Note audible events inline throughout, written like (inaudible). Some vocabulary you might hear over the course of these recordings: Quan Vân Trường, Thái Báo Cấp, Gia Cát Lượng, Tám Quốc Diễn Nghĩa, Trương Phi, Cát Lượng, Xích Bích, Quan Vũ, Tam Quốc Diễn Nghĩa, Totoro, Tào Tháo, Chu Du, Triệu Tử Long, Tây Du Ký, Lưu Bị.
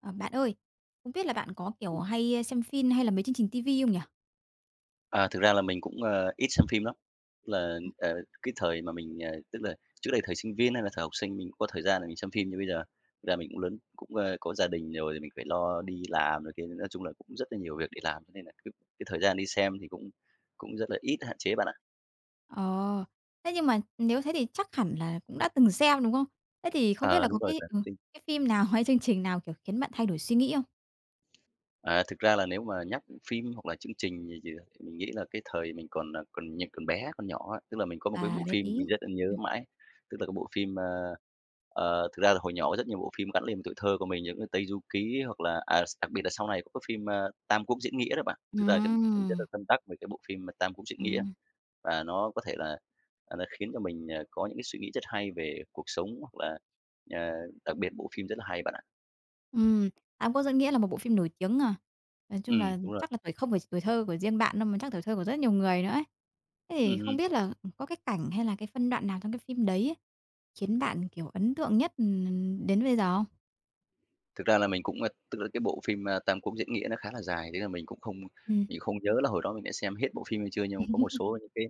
Ờ, bạn ơi, không biết là bạn có, kiểu, hay xem phim hay là mấy chương trình ti không nhỉ? À, thực ra là mình cũng, ít xem phim lắm. Tức là, cái thời mà mình, tức là trước đây thời sinh viên hay là thời học sinh mình cũng có thời gian là mình xem phim, nhưng bây giờ thực ra mình cũng lớn, cũng, có gia đình rồi thì mình phải lo đi làm rồi kia, nên nói chung là cũng rất là nhiều việc để làm, cho nên là cái thời gian đi xem thì cũng cũng rất là ít, hạn chế bạn ạ. Ờ, thế nhưng mà nếu thế thì chắc hẳn là cũng đã từng xem, đúng không? Thế thì không biết Ờ, là đúng có rồi. Cái phim nào hay chương trình nào, kiểu, khiến bạn thay đổi suy nghĩ không? À, thực ra là nếu mà nhắc phim hoặc là chương trình gì gì đó, thì mình nghĩ là cái thời mình còn, còn nh còn bé, còn nhỏ á, tức là mình có một À, cái bộ bé phim tí. mình rất là nhớ Ừm. mãi, tức là cái bộ phim, thực ra là hồi nhỏ có rất nhiều bộ phim gắn liền với tuổi thơ của mình, những cái Tây Du Ký hoặc là, à, s đặc biệt là sau này có cái phim, Tam Quốc Diễn Nghĩa đó bạn. Thực ra cái mình rất là Ừm, tâm đắc về cái bộ phim, mà Tam Quốc Diễn Nghĩa ừm, và nó có thể là, nó khiến cho mình, có những cái suy nghĩ rất hay về cuộc sống hoặc là, à, đặc biệt bộ phim rất là hay bạn ạ. ừm, "Tám Quốc Diễn Nghĩa" là một bộ phim nổi tiếng à? Nói chung là Đúng rồi. chắc là tuổi không phải tuổi thơ của riêng bạn đâu, mà chắc tuổi thơ của rất nhiều người nữa ấy. Thế thì Ừm. không biết là, có cái cảnh hay là cái phân đoạn nào trong cái phim đấy ấy, khiến bạn, kiểu, ấn tượng nhất, đến bây giờ không? Thực ra là mình cũng, tức là cái bộ phim, Tam Quốc diễn nghĩa nó khá là dài, thế là mình cũng không Ừm. mình không nhớ là hồi đó mình đã xem hết bộ phim hay chưa, nhưng mà có một (laughs) số những cái,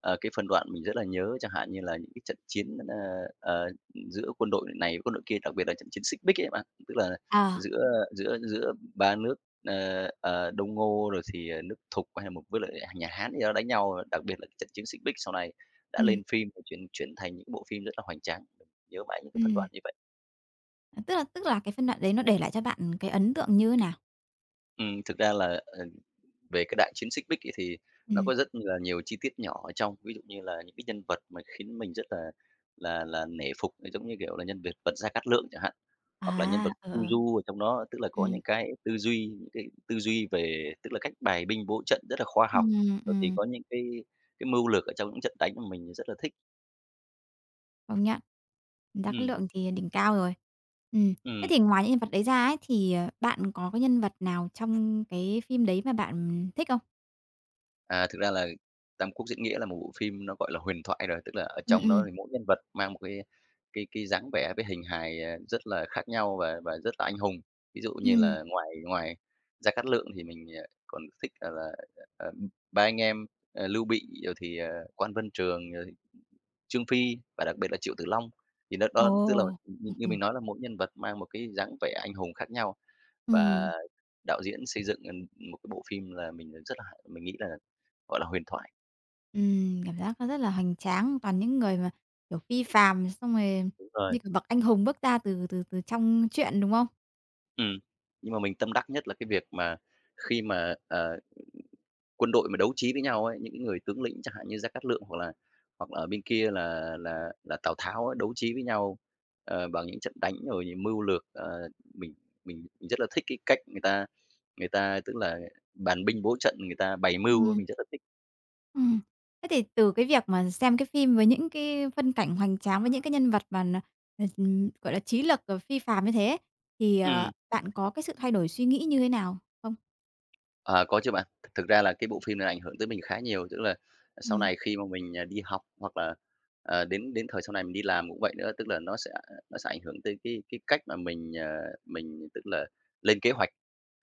cái phân đoạn mình rất là nhớ, chẳng hạn như là những cái trận chiến, giữa quân đội này với quân đội kia, đặc biệt là trận chiến Xích Bích ấy bạn. Tức là Ờ, giữa giữa giữa ba nước, Đông Ngô rồi thì, nước Thục hay là một với lại nhà Hán thì nó đánh nhau, đặc biệt là cái trận chiến Xích Bích sau này đã ừm, lên phim và chuyển chuyển thành những bộ phim rất là hoành tráng. Nhớ mãi những cái phân đoạn ừm, như vậy. tức là cái phân đoạn đấy nó để lại cho bạn cái ấn tượng như thế nào? Thực ra là, về cái đại chiến Xích Bích ấy thì nó Ừm, có rất là nhiều chi tiết nhỏ ở trong, ví dụ như là những cái nhân vật mà khiến mình rất là nể phục, giống như kiểu là, nhân vật vật Gia Cát Lượng chẳng hạn, à, hoặc là nhân vật ờ, Chu ờ. Du ở trong đó, tức là có Ừm, những cái tư duy về tức là cách bày binh bố trận rất là khoa học, ừm, rồi thì ừm, có những cái mưu lược ở trong những trận đánh mà mình rất là thích. công nhận, ra Cát Ừm, Lượng thì đỉnh cao rồi. Ừm, thế ừm. thì ngoài những nhân vật đấy ra ấy, thì, bạn có cái nhân vật nào trong cái phim đấy mà bạn thích không? À, thực ra là "Tam Quốc diễn nghĩa" là một bộ phim nó, gọi là, huyền thoại rồi, tức là ở Ừm, trong nó ừm, thì mỗi nhân vật mang một cái dáng vẻ với hình hài, rất là khác nhau và rất là anh hùng. Ví dụ như ừm, là ngoài ngoài Gia Cát Lượng thì mình, còn thích, ờ, ba anh em, Lưu Bị, rồi thì, Quan Vân Trường, rồi thì Trương Phi và đặc biệt là Triệu Tử Long. Thì nó ồ. đó, tức là như như (laughs) mình nói là mỗi nhân vật mang một cái dáng vẻ anh hùng khác nhau, và Ừm, đạo diễn xây dựng, một cái bộ phim là mình rất là mình nghĩ là, gọi là, huyền thoại. Cảm giác nó rất là hoành tráng, toàn những người mà, kiểu, phi phàm, xong rồi Đúng rồi. như, kiểu, bậc anh hùng bước ra từ từ từ trong truyện, đúng không? Ừm. Nhưng mà mình tâm đắc nhất là cái việc mà khi mà, quân đội mà đấu trí với nhau ấy, những người tướng lĩnh chẳng hạn như Gia Cát Lượng hoặc là ở bên kia là Tào Tháo á, đấu trí với nhau, bằng những trận đánh rồi những mưu lược. Mình rất là thích cái cách người ta, tức là, bàn binh bố trận, người ta bày mưu á, Ừm, mình rất là thích. ừm. Thế thì từ cái việc mà xem cái phim với những cái phân cảnh hoành tráng, với những cái nhân vật mà gọi là, trí lực, phi phàm như thế ấy, thì, Ừm. bạn có cái sự thay đổi suy nghĩ như thế nào không? Ờ, có chứ bạn. Thực thực ra là cái bộ phim này ảnh hưởng tới mình khá nhiều, tức là sau Ừm, này khi mà mình, đi học hoặc là, ờ, đến đến thời sau này mình đi làm cũng vậy nữa, tức là nó sẽ ảnh hưởng tới cái cách mà mình, tức là, lên kế hoạch.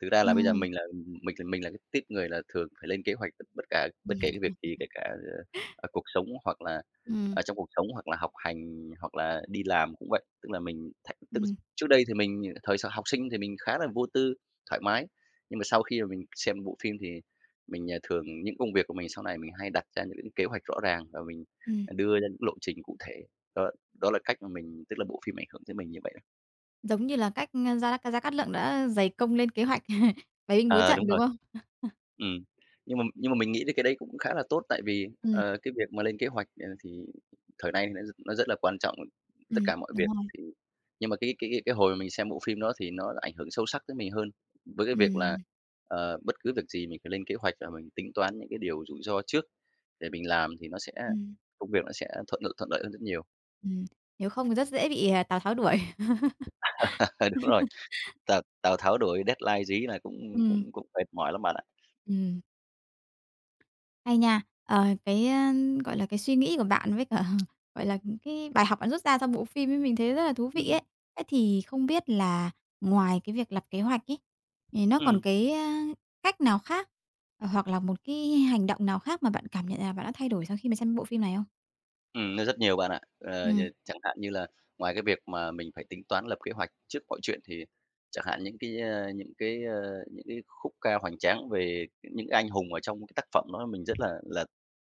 Thực ra là bây giờ ừm, mình là cái tuýp người là thường phải lên kế hoạch tất bất cả bất kể cái ừm, việc gì, kể cả, cuộc sống hoặc là, ừm, trong cuộc sống hoặc là học hành hoặc là đi làm cũng vậy. Tức là ừm, trước đây thì mình thời học sinh thì mình khá là vô tư, thoải mái, nhưng mà sau khi mà mình xem bộ phim thì mình, thường những công việc của mình sau này mình hay đặt ra những kế hoạch rõ ràng và mình, ừm, đưa ra những lộ trình cụ thể. Đó đó là cách mà mình tức là bộ phim ảnh hưởng tới mình như vậy. giống như là cách, ơ, Gia Gia Cát Lượng đã dày công lên kế hoạch (laughs) bày binh bố Ờ, đúng trận, đúng rồi. không? Ừm, nhưng mà mình nghĩ thì cái đấy cũng khá là tốt, tại vì, Ừm, cái việc mà lên kế hoạch, thì thời nay nó rất là quan trọng tất cả mọi đúng việc, rồi, thì nhưng mà cái hồi mà mình xem bộ phim đó thì nó ảnh hưởng sâu sắc tới mình hơn, với cái việc là, ừm, bất cứ việc gì mình phải lên kế hoạch và mình tính toán những cái điều rủi ro trước để mình làm thì nó sẽ ừm, công việc nó sẽ thuận lợi hơn rất nhiều. ừm, nếu không thì rất dễ bị, à, Tào Tháo đuổi. (laughs) (laughs) Đúng rồi, Tào Tào Tháo đổi deadline dí là cũng Ừm, cũng cũng mệt mỏi lắm bạn ạ. ừm. Hay nha. Gọi là, cái suy nghĩ của bạn với cả, (laughs) gọi là, cái bài học bạn rút ra sau bộ phim ấy mình thấy rất là thú vị Ừm, ấy. Thế thì không biết là ngoài cái việc lập kế hoạch ấy, thì nó còn ừm. Cách nào khác, hoặc là một cái hành động nào khác mà bạn cảm nhận là bạn đã thay đổi sau khi mà xem bộ phim này không? Nó rất nhiều bạn ạ. Ờ, nh Ừm. Chẳng hạn như là ngoài cái việc mà mình phải tính toán lập kế hoạch trước mọi chuyện thì chẳng hạn những cái khúc ca hoành tráng về những cái anh hùng ở trong cái tác phẩm đó mình rất là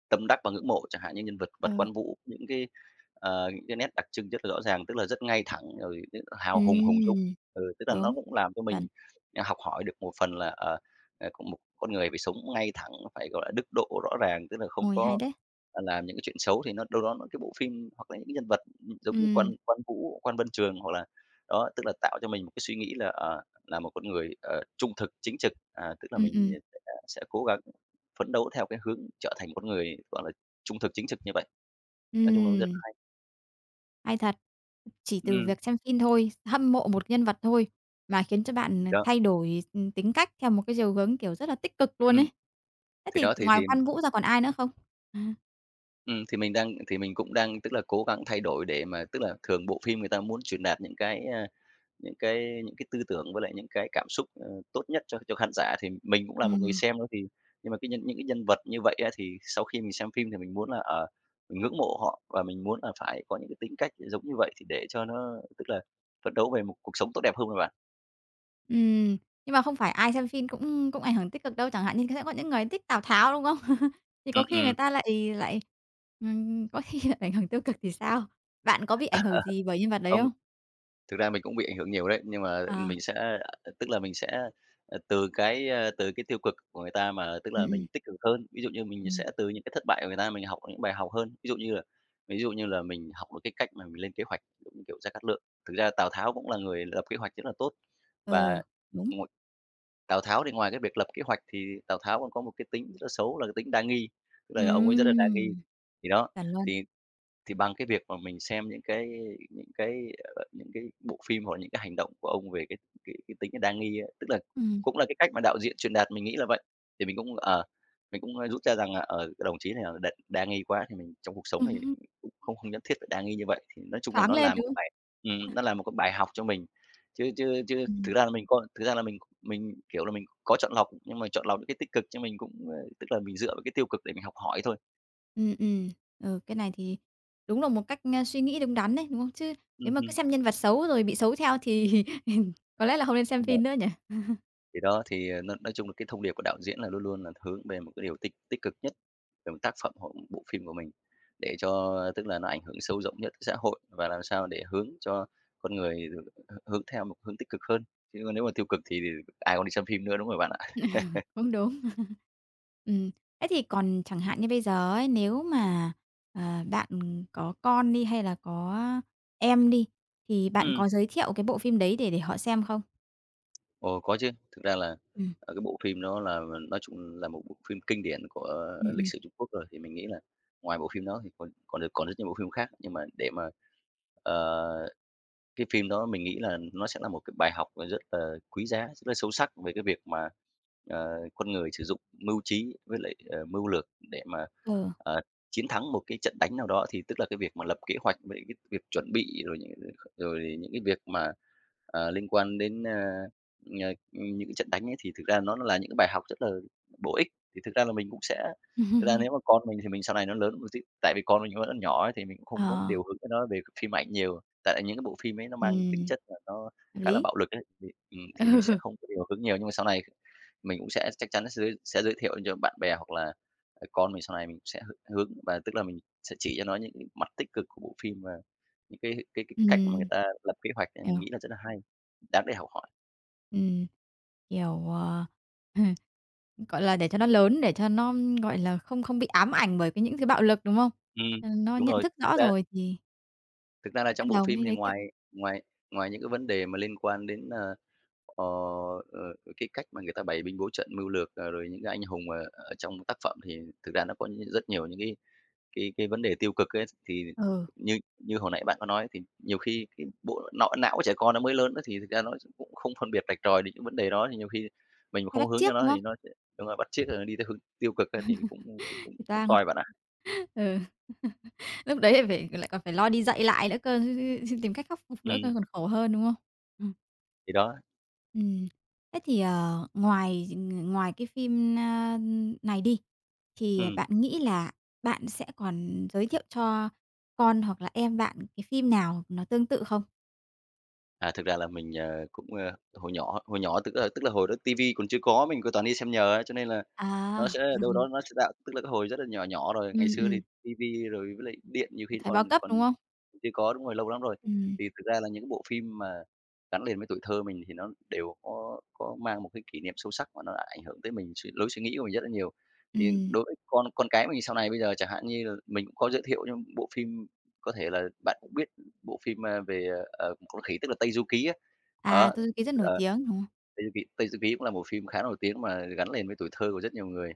tâm đắc và ngưỡng mộ, chẳng hạn như nhân vật Vật Ừ. Quan Vũ, những cái nét đặc trưng rất là rõ ràng, tức là rất ngay thẳng rồi rất là hào hùng, hùng dũng. Ừm, Ừ, tức là nó đúng, cũng làm cho chuẩn. mình, học hỏi được một phần là, cũng một con người phải sống ngay thẳng, phải, gọi là, đức độ rõ ràng, tức là không Ôi, hay có đấy. là làm những cái chuyện xấu thì nó đâu đó nó cái bộ phim hoặc là những cái nhân vật, giống như Quan Ừ, Quan Vũ, Quan Vân Trường hoặc là đó, tức là tạo cho mình một cái suy nghĩ là, là một con người, trung thực, chính trực, tức là ừ, mình ừ. sẽ cố gắng phấn đấu theo cái hướng trở thành một con người, gọi là, trung thực, chính trực như vậy. Nói chung là rất là Ừm. hay. Hay thật! Chỉ từ Ừm, việc xem phim thôi, hâm mộ một nhân vật thôi mà khiến cho bạn, đó, thay đổi, tính cách theo một cái chiều hướng, kiểu, rất là tích cực luôn ừm, ấy. Thế thì thì đó thì, ngoài Quan Vũ ra còn ai nữa không? À, thì mình đang thì mình cũng đang, tức là, cố gắng thay đổi để mà tức là thường bộ phim người ta muốn truyền đạt những cái, tư tưởng với lại những cái cảm xúc, tốt nhất cho khán giả thì mình cũng là một người ừm, xem thôi thì nhưng mà cái nhân những cái nhân vật như vậy á, thì sau khi mình xem phim thì mình muốn là, mình ngưỡng mộ họ và mình muốn là phải có những cái tính cách giống như vậy thì để cho nó tức là phấn đấu về một cuộc sống tốt đẹp hơn mà bạn. ừm, nhưng mà không phải ai xem phim cũng cũng ảnh hưởng tích cực đâu, chẳng hạn như sẽ có những người thích Tào Tháo, đúng không? (laughs) Thì có Ừm, khi ừm. người ta lại lại, có khi lại ảnh hưởng tiêu cực thì sao? Bạn có bị ảnh hưởng gì bởi nhân vật đấy Ông (laughs) không? thực ra mình cũng bị ảnh hưởng nhiều đấy, nhưng mà À, mình sẽ, tức là mình sẽ, từ cái tiêu cực của người ta mà tức ừm, là ừm, mình tích cực hơn. Ví dụ như mình ừm, sẽ từ những cái thất bại của người ta mình học những bài học hơn. Ví dụ như là mình học được cái cách mà mình lên kế hoạch, giống như kiểu Gia Cát Lượng. Thực ra Tào Tháo cũng là người lập kế hoạch rất là tốt và ừ, đúng. ngồi Tào Tháo thì ngoài cái việc lập kế hoạch thì Tào Tháo còn có một cái tính rất là xấu là cái tính đa nghi, tức là ông ấy rất là đa nghi. Ừm, Thì đó, chuẩn luôn, thì thì bằng cái việc mà mình xem những cái, những cái bộ phim hoặc là những cái hành động của ông về cái tính đa nghi á, tức là ừm. cũng là cái cách mà đạo diễn truyền đạt, mình nghĩ là vậy. Thì mình mình cũng rút ra rằng là, đồng chí này là đa đa nghi quá thì mình trong cuộc sống này (laughs) cũng không không nhất thiết phải đa nghi như vậy. Thì nói chung là Thoáng nó lên, là một đúng cái không? bài nó là một cái bài học cho mình, chứ chứ chứ Ừm. Thực ra là mình, kiểu là, mình có chọn lọc, nhưng mà chọn lọc những cái tích cực chứ mình cũng, ơ tức là mình dựa vào cái tiêu cực để mình học hỏi thôi. Ừm, ừm. Ừ, cái này thì đúng là một cách, suy nghĩ đúng đắn đấy, đúng không? Chứ nếu mà cứ Hưm. xem nhân vật xấu rồi bị xấu theo thì (laughs) có lẽ là không nên xem phim nữa nhỉ? Thì đó, nói chung là cái thông điệp của đạo diễn là luôn luôn là hướng về một cái điều tích tích cực nhất về một tác phẩm hoặc một bộ phim của mình, để cho tức là nó ảnh hưởng sâu rộng nhất tới xã hội và làm sao để hướng cho con người được hướng theo một hướng tích cực hơn, chứ còn nếu mà tiêu cực thì ai còn đi xem phim nữa, đúng rồi bạn ạ. Cũng đúng. Ừm, thế thì còn chẳng hạn như bây giờ ấy, nếu mà, à, bạn có con đi hay là có em đi, thì bạn Ừ. có giới thiệu cái bộ phim đấy để họ xem không? Ồ, có chứ. Thực ra là, Ừm, cái bộ phim đó là nói chung là một bộ phim kinh điển của ừm, lịch ừm, sử Trung Quốc rồi, thì mình nghĩ là ngoài bộ phim đó thì còn còn được còn rất nhiều bộ phim khác, nhưng mà để mà, ờ cái phim đó mình nghĩ là nó sẽ là một cái bài học, rất là quý giá, rất là sâu sắc về cái việc mà, con người sử dụng mưu trí với lại, mưu lược để mà, ừ. ờ, chiến thắng một cái trận đánh nào đó. Thì tức là cái việc mà lập kế hoạch với cái việc chuẩn bị rồi những cái việc mà, liên quan đến, ờ, những cái trận đánh ấy thì thực ra nó là những cái bài học rất là bổ ích. Thì thực ra là mình cũng sẽ thực ra nếu mà (laughs) con mình thì mình sau này nó lớn một tí tại vì con mình nó vẫn còn nhỏ ấy thì mình cũng Ờ, không muốn điều hướng cho nó về phim ảnh nhiều. Tại là những cái bộ phim ấy nó mang tính ừm, chất là nó hợp khá là lý. bạo lực ấy, thì mình sẽ không (laughs) có điều hướng nhiều, nhưng mà sau này mình cũng sẽ chắc chắn sẽ giới thiệu cho bạn bè hoặc là, con mình sau này mình sẽ hướng và tức là mình sẽ chỉ cho nó những cái mặt tích cực của bộ phim và những cái Ừ, cách mà người ừm, ta lập kế hoạch, thì ờ. mình nghĩ là rất là hay, đáng để học hỏi. Ừm, kiểu, (laughs) gọi là, để cho nó lớn, để cho nó, gọi là, không không bị ám ảnh bởi cái những cái bạo lực, đúng không? Ừm, Ờ, nó đúng nhận rồi, thức thực rõ ra rồi thì thực ra là trong bắt bộ đầu phim mới thì giới thiệu. ngoài ngoài ngoài những cái vấn đề mà liên quan đến, ờ, ờ, cái cách mà người ta bày binh bố trận mưu lược, rồi những cái anh hùng ở ở trong tác phẩm thì thực ra nó có rất nhiều những cái vấn đề tiêu cực ấy. Thì Ừ, như như hồi nãy bạn có nói, thì nhiều khi cái bộ não não của trẻ con nó mới lớn á, thì thực ra nó cũng không phân biệt rạch ròi được những vấn đề đó, thì nhiều khi mình mà hay không bắt hướng cho chước, nó đúng thì không? nó sẽ đúng rồi, bắt chước, đi theo hướng tiêu cực á thì cũng cũng cũng Thì cũng toang, toi bạn ạ. ừ, (laughs) lúc đấy lại phải lại còn phải lo đi dạy lại nữa cơ, (laughs) tìm cách khắc phục nữa cơ Ừm, còn khổ hơn, đúng không? Ừ. thì đó, Ừm. Thế thì, ờ, ngoài ngoài cái phim, này đi, thì ừm. bạn nghĩ là bạn sẽ còn giới thiệu cho con hoặc là em bạn cái phim nào nó tương tự không? À, thực ra là mình, hồi nhỏ tức là hồi đó ti còn chưa có, mình cứ toàn đi xem nhờ á, cho nên là nó À. sẽ đâu (laughs) đó nó sẽ tạo tức là cái hồi rất là nhỏ nhỏ rồi, ngày Ừm, xưa thì ừm, tivi rồi với lại điện nhiều khi Thái còn Báo Cấp, còn đúng không? chưa có đúng rồi, lâu lắm rồi. Ừm, Thì thực ra là những bộ phim mà gắn liền với tuổi thơ mình thì nó đều có mang một cái kỷ niệm sâu sắc mà nó đã ảnh hưởng tới mình lối suy nghĩ của mình rất là nhiều. Thì ừm. đối với con cái mình sau này bây giờ chẳng hạn như là mình cũng có giới thiệu những bộ phim có thể là bạn cũng biết bộ phim, a, về, à, ờ, con khỉ tức là Tây Du Ký á. À, Đó, Totoro rất nổi ờ, tiếng, đúng không? Tây Du Ký cũng là một phim khá nổi tiếng mà gắn liền với tuổi thơ của rất nhiều người.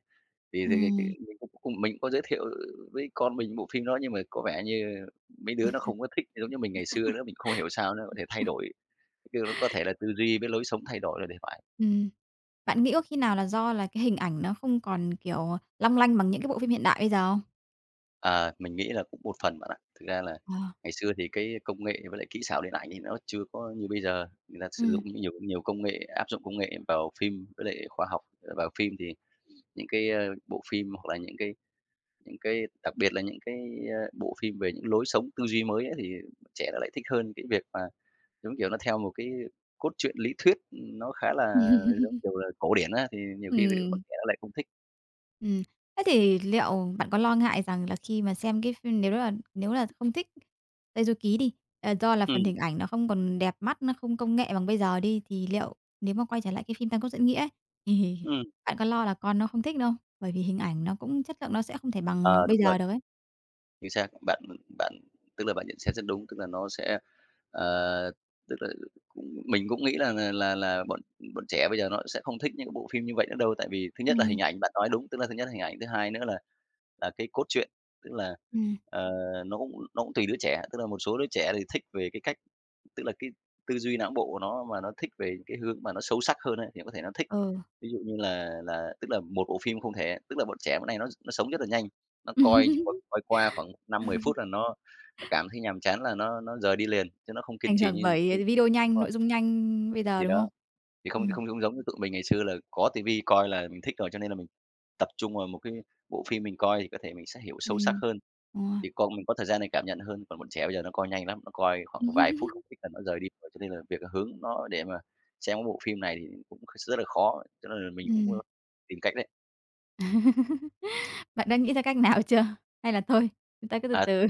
Thì cái Ừm. mình cũng cũng mình cũng có giới thiệu với con mình bộ phim đó nhưng mà có vẻ như mấy đứa nó không có thích giống như mình ngày xưa nữa, mình không hiểu sao nó có thể thay đổi, kêu có thể là tư duy với lối sống thay đổi rồi thì phải. Ừm. Bạn nghĩ có khi nào là do là cái hình ảnh nó không còn, kiểu, long lanh bằng những cái bộ phim hiện đại bây giờ không? À, mình nghĩ là cũng một phần bạn ạ. Thực ra là Ờ, ngày xưa thì cái công nghệ với lại kỹ xảo điện ảnh thì nó chưa có như bây giờ, người ta sử dụng ừm. nhiều nhiều công nghệ, áp dụng công nghệ vào phim với lại khoa học vào phim thì những bộ phim hoặc là những cái những cái đặc biệt là những bộ phim về những lối sống tư duy mới ấy, thì bọn trẻ nó lại thích hơn cái việc mà, giống kiểu, nó theo một cái cốt truyện lý thuyết, ừ, nó khá là, Ừm. (laughs) giống kiểu là, cổ điển á, thì nhiều khi thì bọn trẻ nó lại không thích. Ừm, thế thì liệu bạn có lo ngại rằng là khi mà xem cái phim nếu là không thích Tây Du Ký đi, do là phần Ừm, hình ảnh nó không còn đẹp mắt, nó không công nghệ bằng bây giờ đi, thì liệu nếu mà quay trở lại cái phim Tam Quốc diễn nghĩa ấy, thì (laughs) ừm, bạn có lo là con nó không thích không? Bởi vì hình ảnh nó cũng chất lượng nó sẽ không thể bằng ờ, bây đúng rồi. giờ được ấy. Chính xác, bạn bạn tức là bạn nhận xét rất đúng, tức là nó sẽ, ờ, tức là cũng mình cũng nghĩ là bọn bọn trẻ bây giờ nó sẽ không thích những cái bộ phim như vậy nữa đâu. Tại vì thứ nhất là hình Ừm, ảnh, bạn nói đúng, tức là thứ nhất là hình ảnh, thứ hai nữa là cái cốt truyện, tức là, ừm. ờ, nó cũng tùy đứa trẻ, tức là một số đứa trẻ thì thích về cái cách tức là cái tư duy não bộ của nó mà nó thích về cái hướng mà nó sâu sắc hơn ấy, thì có thể nó thích. Ừ. Ví dụ như là tức là một bộ phim không thể tức là bọn trẻ bữa nay nó sống rất là nhanh, nó coi chỉ coi (laughs) coi qua khoảng năm mười phút là nó cảm thấy nhàm chán là nó rời đi liền, chứ nó không kiên Ảnh trì hưởng như như bởi video đúng nhanh, rồi, nội dung nhanh bây giờ, thì đúng không? đó, thì không Ừm. không không giống như tụi mình ngày xưa là có tivi coi là mình thích rồi, cho nên là mình tập trung vào một cái bộ phim mình coi thì có thể mình sẽ hiểu sâu sắc Ừm. hơn. Ờ. Thì con mình có thời gian để cảm nhận hơn, còn bọn trẻ bây giờ nó coi nhanh lắm, nó coi khoảng vài phút không thích (laughs) là nó rời đi rồi. Cho nên là việc hướng nó để mà xem cái bộ phim này thì cũng rất là khó, cho nên là mình Ừm. tìm cách đấy. Bạn đã nghĩ ra cách nào chưa? Hay là thôi, chúng ta cứ từ À, từ?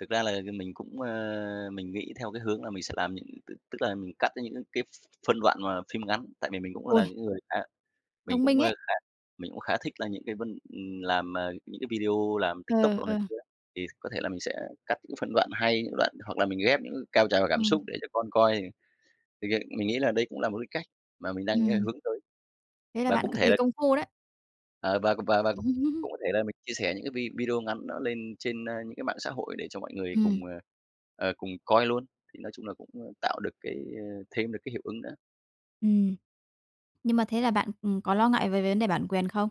thực ra là mình mình nghĩ theo cái hướng là mình sẽ làm những tức tức là mình cắt những cái phân đoạn mà phim ngắn, tại vì mình cũng là Ôi, những người khá mình thông minh ấy. khá mình cũng khá thích là những cái vân làm, những cái video làm TikTok ờ đồ này ờ kia. Thì có thể là mình sẽ cắt những phân đoạn hay, những đoạn hoặc là mình ghép những cao trào cảm ừm, xúc để cho con coi. Thì việc mình nghĩ là đây cũng là một cái cách mà mình ừm, hướng tới thế là và bạn cũng cực thể kỳ là, công phu đấy. và cũng cũng có (laughs) thể là mình chia sẻ những cái video ngắn nó lên trên, những cái mạng xã hội để cho mọi người Ừm, cùng coi luôn. Thì nói chung là tạo được thêm được cái hiệu ứng nữa. ừm, nhưng mà thế là bạn, có lo ngại về vấn đề bản quyền không?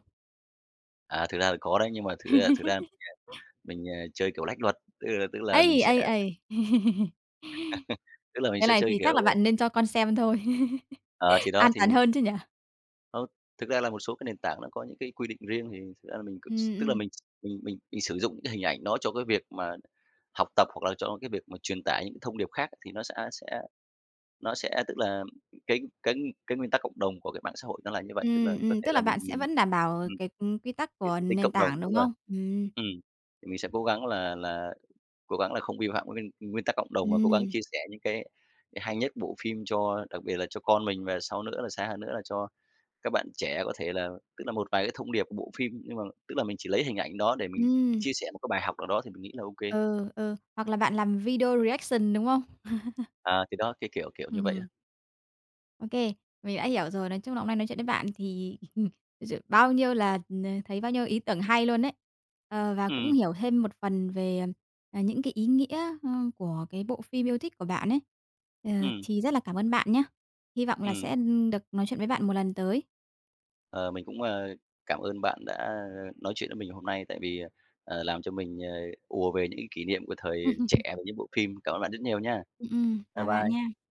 À, thực ra là có đấy, nhưng mà thực ra (laughs) mình, chơi kiểu lách luật, tức là mình Ấy, sẽ ấy, ấy! (laughs) (laughs) tức là mình Cái sẽ này chơi thì kiểu chắc là bạn nên cho con xem thôi, (laughs) ờ, thì đó an thì toàn hơn chứ nhỉ? không, thực ra là một số cái nền tảng nó có những cái quy định riêng thì thực ra là mình cứ Ừm, tức là ừm, mình mình sử dụng những cái hình ảnh đó cho cái việc mà học tập hoặc là cho cái việc mà truyền tải những cái thông điệp khác thì nó sẽ tức là cái cái cái nguyên tắc cộng đồng của cái mạng xã hội nó là như vậy, tức là có thể tức là là bạn mình sẽ mình vẫn đảm bảo ừm, cái, quy tắc của cái tính nền cộng đồng tảng, đúng đúng rồi, không? Ừm, thì mình sẽ cố gắng là cố gắng là không vi phạm cái nguyên nguyên tắc cộng đồng mà cố gắng ừm, chia sẻ những cái hay nhất bộ phim cho đặc biệt là cho con mình và sau nữa là xa hơn nữa là cho các bạn trẻ có thể là tức là một vài cái thông điệp của bộ phim, nhưng mà tức là mình chỉ lấy hình ảnh đó để mình ừm, chia sẻ một cái bài học nào đó thì mình nghĩ là ok. ừ, ừ, hoặc là bạn làm video reaction, đúng không? À, thì đó, cái kiểu, kiểu như vậy á. Ừm. Ô kê, mình đã hiểu rồi. Nói chung là hôm nay nói chuyện với bạn thì (laughs) thực sự bao nhiêu là n thấy bao nhiêu ý tưởng hay luôn ấy. Ờ, và cũng Ừm, hiểu thêm một phần về, à, những cái ý nghĩa, của cái bộ phim yêu thích của bạn ấy. Ờ, ừm, thì rất là cảm ơn bạn nhá. Hy vọng là ừm. sẽ, được nói chuyện với bạn một lần tới. Ờ, mình cảm ơn bạn đã nói chuyện với mình hôm nay tại vì, làm cho mình, ùa về những cái kỷ niệm của thời Ừm, trẻ với những bộ phim. Cảm ơn bạn rất nhiều nha. Bye chào bạn bye. nha.